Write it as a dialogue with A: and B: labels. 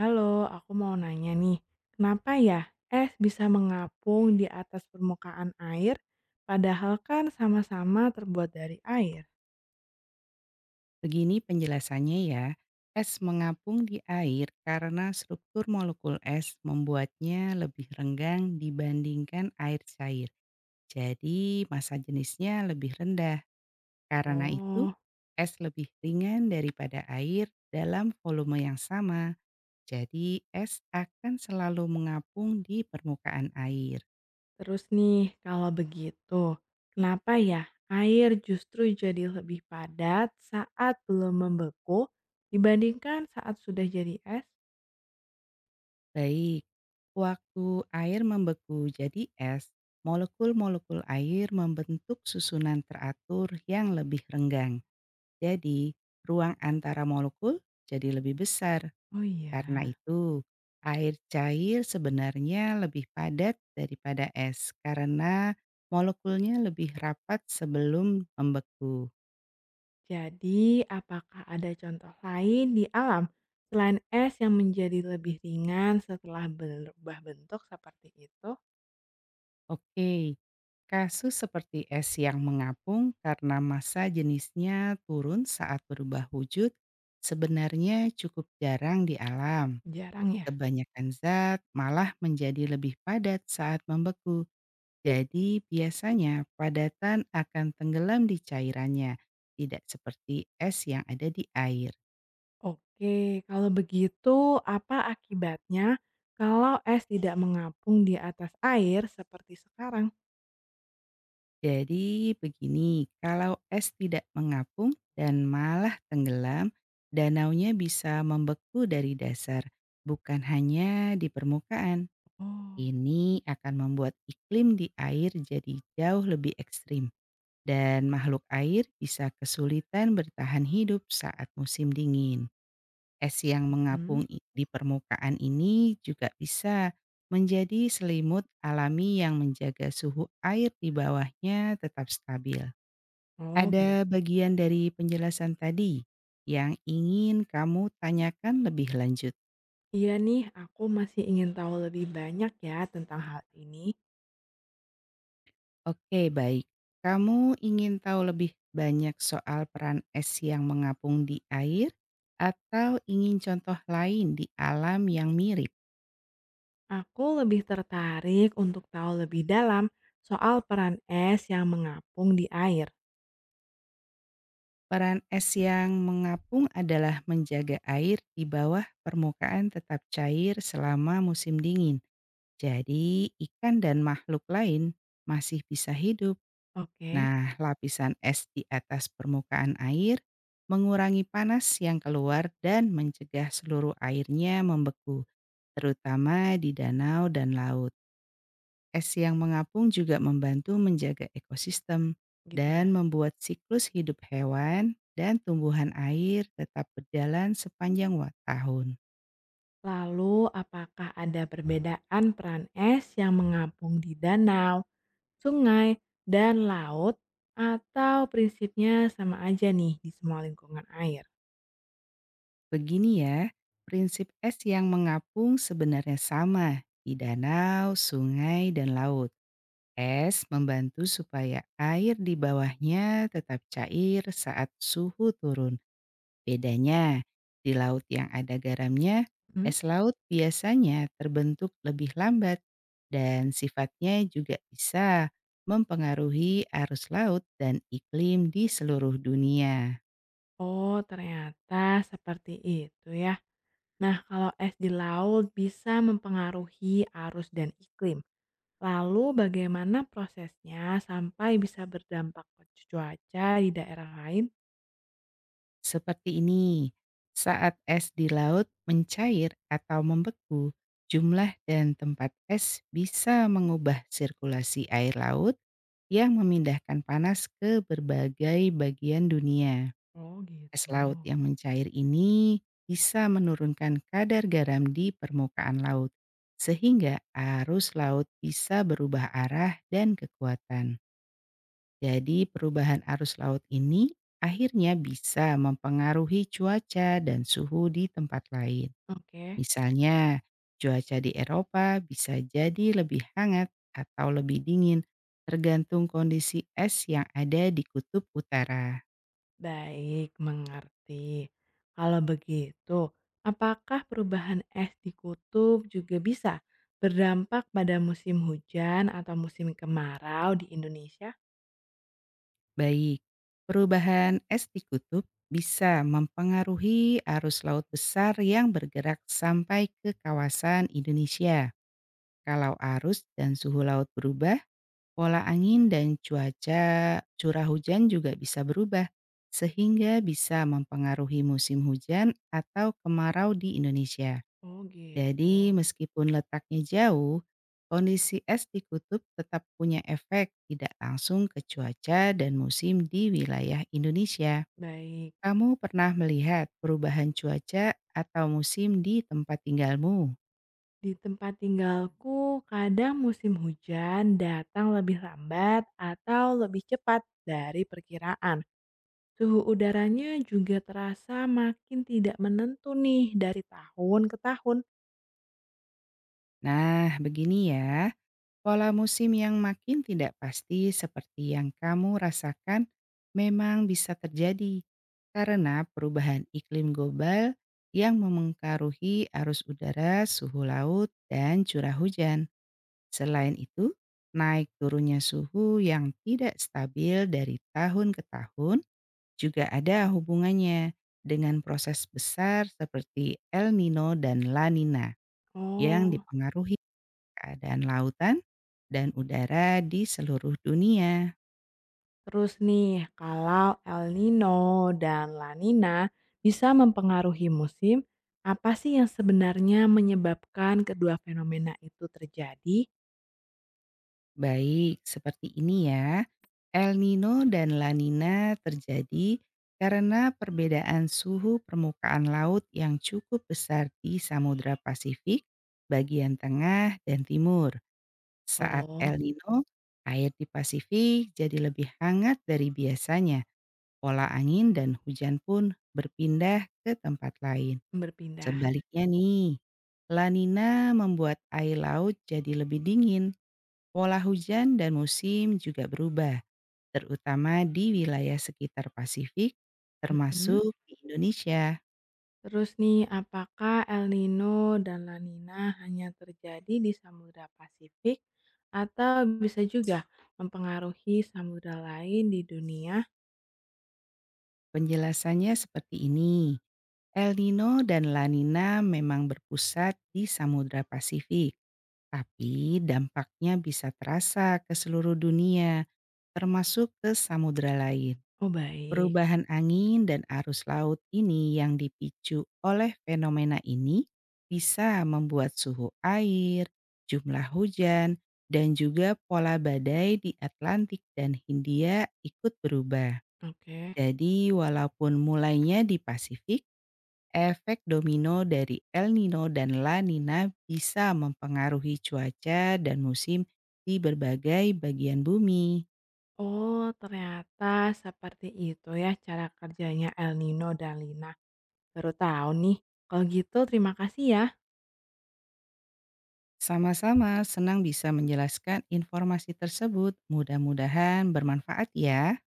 A: Halo, aku mau nanya nih, kenapa ya es bisa mengapung di atas permukaan air, padahal kan sama-sama terbuat dari air?
B: Begini penjelasannya ya, es mengapung di air karena struktur molekul es membuatnya lebih renggang dibandingkan air cair. Jadi massa jenisnya lebih rendah. Karena itu,
A: Oh,
B: es lebih ringan daripada air dalam volume yang sama. Jadi es akan selalu mengapung di permukaan air.
A: terus nih, kalau begitu, kenapa ya air justru jadi lebih padat saat belum membeku dibandingkan saat sudah jadi es?
B: Baik, waktu air membeku jadi es, molekul-molekul air membentuk susunan teratur yang lebih renggang. Jadi, ruang antara molekul jadi lebih besar.
A: Oh iya.
B: Karena itu, air cair sebenarnya lebih padat daripada es karena molekulnya lebih rapat sebelum membeku.
A: Jadi, apakah ada contoh lain di alam selain es yang menjadi lebih ringan setelah berubah bentuk seperti itu?
B: Oke, kasus seperti es yang mengapung karena massa jenisnya turun saat berubah wujud sebenarnya cukup jarang di alam.
A: Jarang ya?
B: Kebanyakan zat malah menjadi lebih padat saat membeku. Jadi biasanya padatan akan tenggelam di cairannya, tidak seperti es yang ada di air.
A: Oke, kalau begitu apa akibatnya kalau es tidak mengapung di atas air seperti sekarang?
B: Jadi begini, kalau es tidak mengapung dan malah tenggelam, danaunya bisa membeku dari dasar, bukan hanya di permukaan.
A: Oh,
B: Ini akan membuat iklim di air jadi jauh lebih ekstrim, dan makhluk air bisa kesulitan bertahan hidup saat musim dingin. Es yang
A: mm-mm.
B: mengapung di permukaan ini juga bisa menjadi selimut alami yang menjaga suhu air di bawahnya tetap stabil.
A: Oh gitu.
B: Ada bagian dari penjelasan tadi yang ingin kamu tanyakan lebih lanjut?
A: Iya nih, aku masih ingin tahu lebih banyak ya tentang hal ini.
B: Oke, baik. Kamu ingin tahu lebih banyak soal peran es yang mengapung di air atau ingin contoh lain di alam yang mirip?
A: Aku lebih tertarik untuk tahu lebih dalam soal peran es yang mengapung di air.
B: Peran es yang mengapung adalah menjaga air di bawah permukaan tetap cair selama musim dingin. Jadi, ikan dan makhluk lain masih bisa hidup.
A: Oke,
B: Nah, lapisan es di atas permukaan air mengurangi panas yang keluar dan mencegah seluruh airnya membeku, terutama di danau dan laut. Es yang mengapung juga membantu menjaga ekosistem
A: gitu ya.
B: dan membuat siklus hidup hewan dan tumbuhan air tetap berjalan sepanjang tahun.
A: Lalu, apakah ada perbedaan peran es yang mengapung di danau, sungai, dan laut, atau prinsipnya sama aja nih di semua lingkungan air?
B: Begini ya, prinsip es yang mengapung sebenarnya sama di danau, sungai, dan laut. Es membantu supaya air di bawahnya tetap cair saat suhu turun. Bedanya, di laut yang ada garamnya,
A: Hmm?
B: es laut biasanya terbentuk lebih lambat dan sifatnya juga bisa mempengaruhi arus laut dan iklim di seluruh dunia.
A: Oh, ternyata seperti itu ya. Nah, kalau es di laut bisa mempengaruhi arus dan iklim. Lalu bagaimana prosesnya sampai bisa berdampak ke cuaca di daerah lain?
B: Seperti ini, saat es di laut mencair atau membeku, jumlah dan tempat es bisa mengubah sirkulasi air laut yang memindahkan panas ke berbagai bagian dunia.
A: Oh
B: Es
A: gitu.
B: laut yang mencair ini bisa menurunkan kadar garam di permukaan laut, sehingga arus laut bisa berubah arah dan kekuatan. Jadi, perubahan arus laut ini akhirnya bisa mempengaruhi cuaca dan suhu di tempat lain.
A: Oke,
B: Misalnya, cuaca di Eropa bisa jadi lebih hangat atau lebih dingin, tergantung kondisi es yang ada di kutub utara.
A: baik, mengerti. Kalau begitu, apakah perubahan es di kutub juga bisa berdampak pada musim hujan atau musim kemarau di Indonesia?
B: Baik, perubahan es di kutub bisa mempengaruhi arus laut besar yang bergerak sampai ke kawasan Indonesia. Kalau arus dan suhu laut berubah, pola angin dan cuaca curah hujan juga bisa berubah, sehingga bisa mempengaruhi musim hujan atau kemarau di Indonesia.
A: Oh gitu.
B: Jadi, meskipun letaknya jauh, kondisi es di kutub tetap punya efek tidak langsung ke cuaca dan musim di wilayah Indonesia.
A: Baik.
B: Kamu pernah melihat perubahan cuaca atau musim di tempat tinggalmu?
A: Di tempat tinggalku, kadang musim hujan datang lebih lambat atau lebih cepat dari perkiraan. Suhu udaranya juga terasa makin tidak menentu nih dari tahun ke tahun.
B: Nah, begini ya. Pola musim yang makin tidak pasti seperti yang kamu rasakan memang bisa terjadi karena perubahan iklim global yang memengaruhi arus udara, suhu laut, dan curah hujan. Selain itu, naik turunnya suhu yang tidak stabil dari tahun ke tahun juga ada hubungannya dengan proses besar seperti El Nino dan La Nina yang
A: Oh,
B: dipengaruhi keadaan lautan dan udara di seluruh dunia.
A: terus nih, kalau El Nino dan La Nina bisa mempengaruhi musim, apa sih yang sebenarnya menyebabkan kedua fenomena itu terjadi?
B: Baik, seperti ini ya. El Nino dan La Nina terjadi karena perbedaan suhu permukaan laut yang cukup besar di Samudra Pasifik, bagian tengah dan timur. Saat
A: Oh,
B: El Nino, air di Pasifik jadi lebih hangat dari biasanya. Pola angin dan hujan pun berpindah ke tempat lain.
A: berpindah.
B: Sebaliknya nih, La Nina membuat air laut jadi lebih dingin, pola hujan dan musim juga berubah, terutama di wilayah sekitar Pasifik,
A: Mm-mm.
B: termasuk di Indonesia.
A: Terus nih, apakah El Nino dan La Nina hanya terjadi di Samudra Pasifik atau bisa juga mempengaruhi samudra lain di dunia?
B: Penjelasannya seperti ini, El Nino dan La Nina memang berpusat di Samudra Pasifik, tapi dampaknya bisa terasa ke seluruh dunia, termasuk ke samudra lain.
A: Oh, baik.
B: Perubahan angin dan arus laut ini yang dipicu oleh fenomena ini bisa membuat suhu air, jumlah hujan, dan juga pola badai di Atlantik dan Hindia ikut berubah.
A: Oke.
B: Jadi walaupun mulainya di Pasifik, efek domino dari El Nino dan La Nina bisa mempengaruhi cuaca dan musim di berbagai bagian bumi.
A: Oh, ternyata seperti itu ya cara kerjanya El Nino dan Lina. Baru tahu nih. Kalau gitu terima kasih ya.
B: Sama-sama, senang bisa menjelaskan informasi tersebut. Mudah-mudahan bermanfaat ya.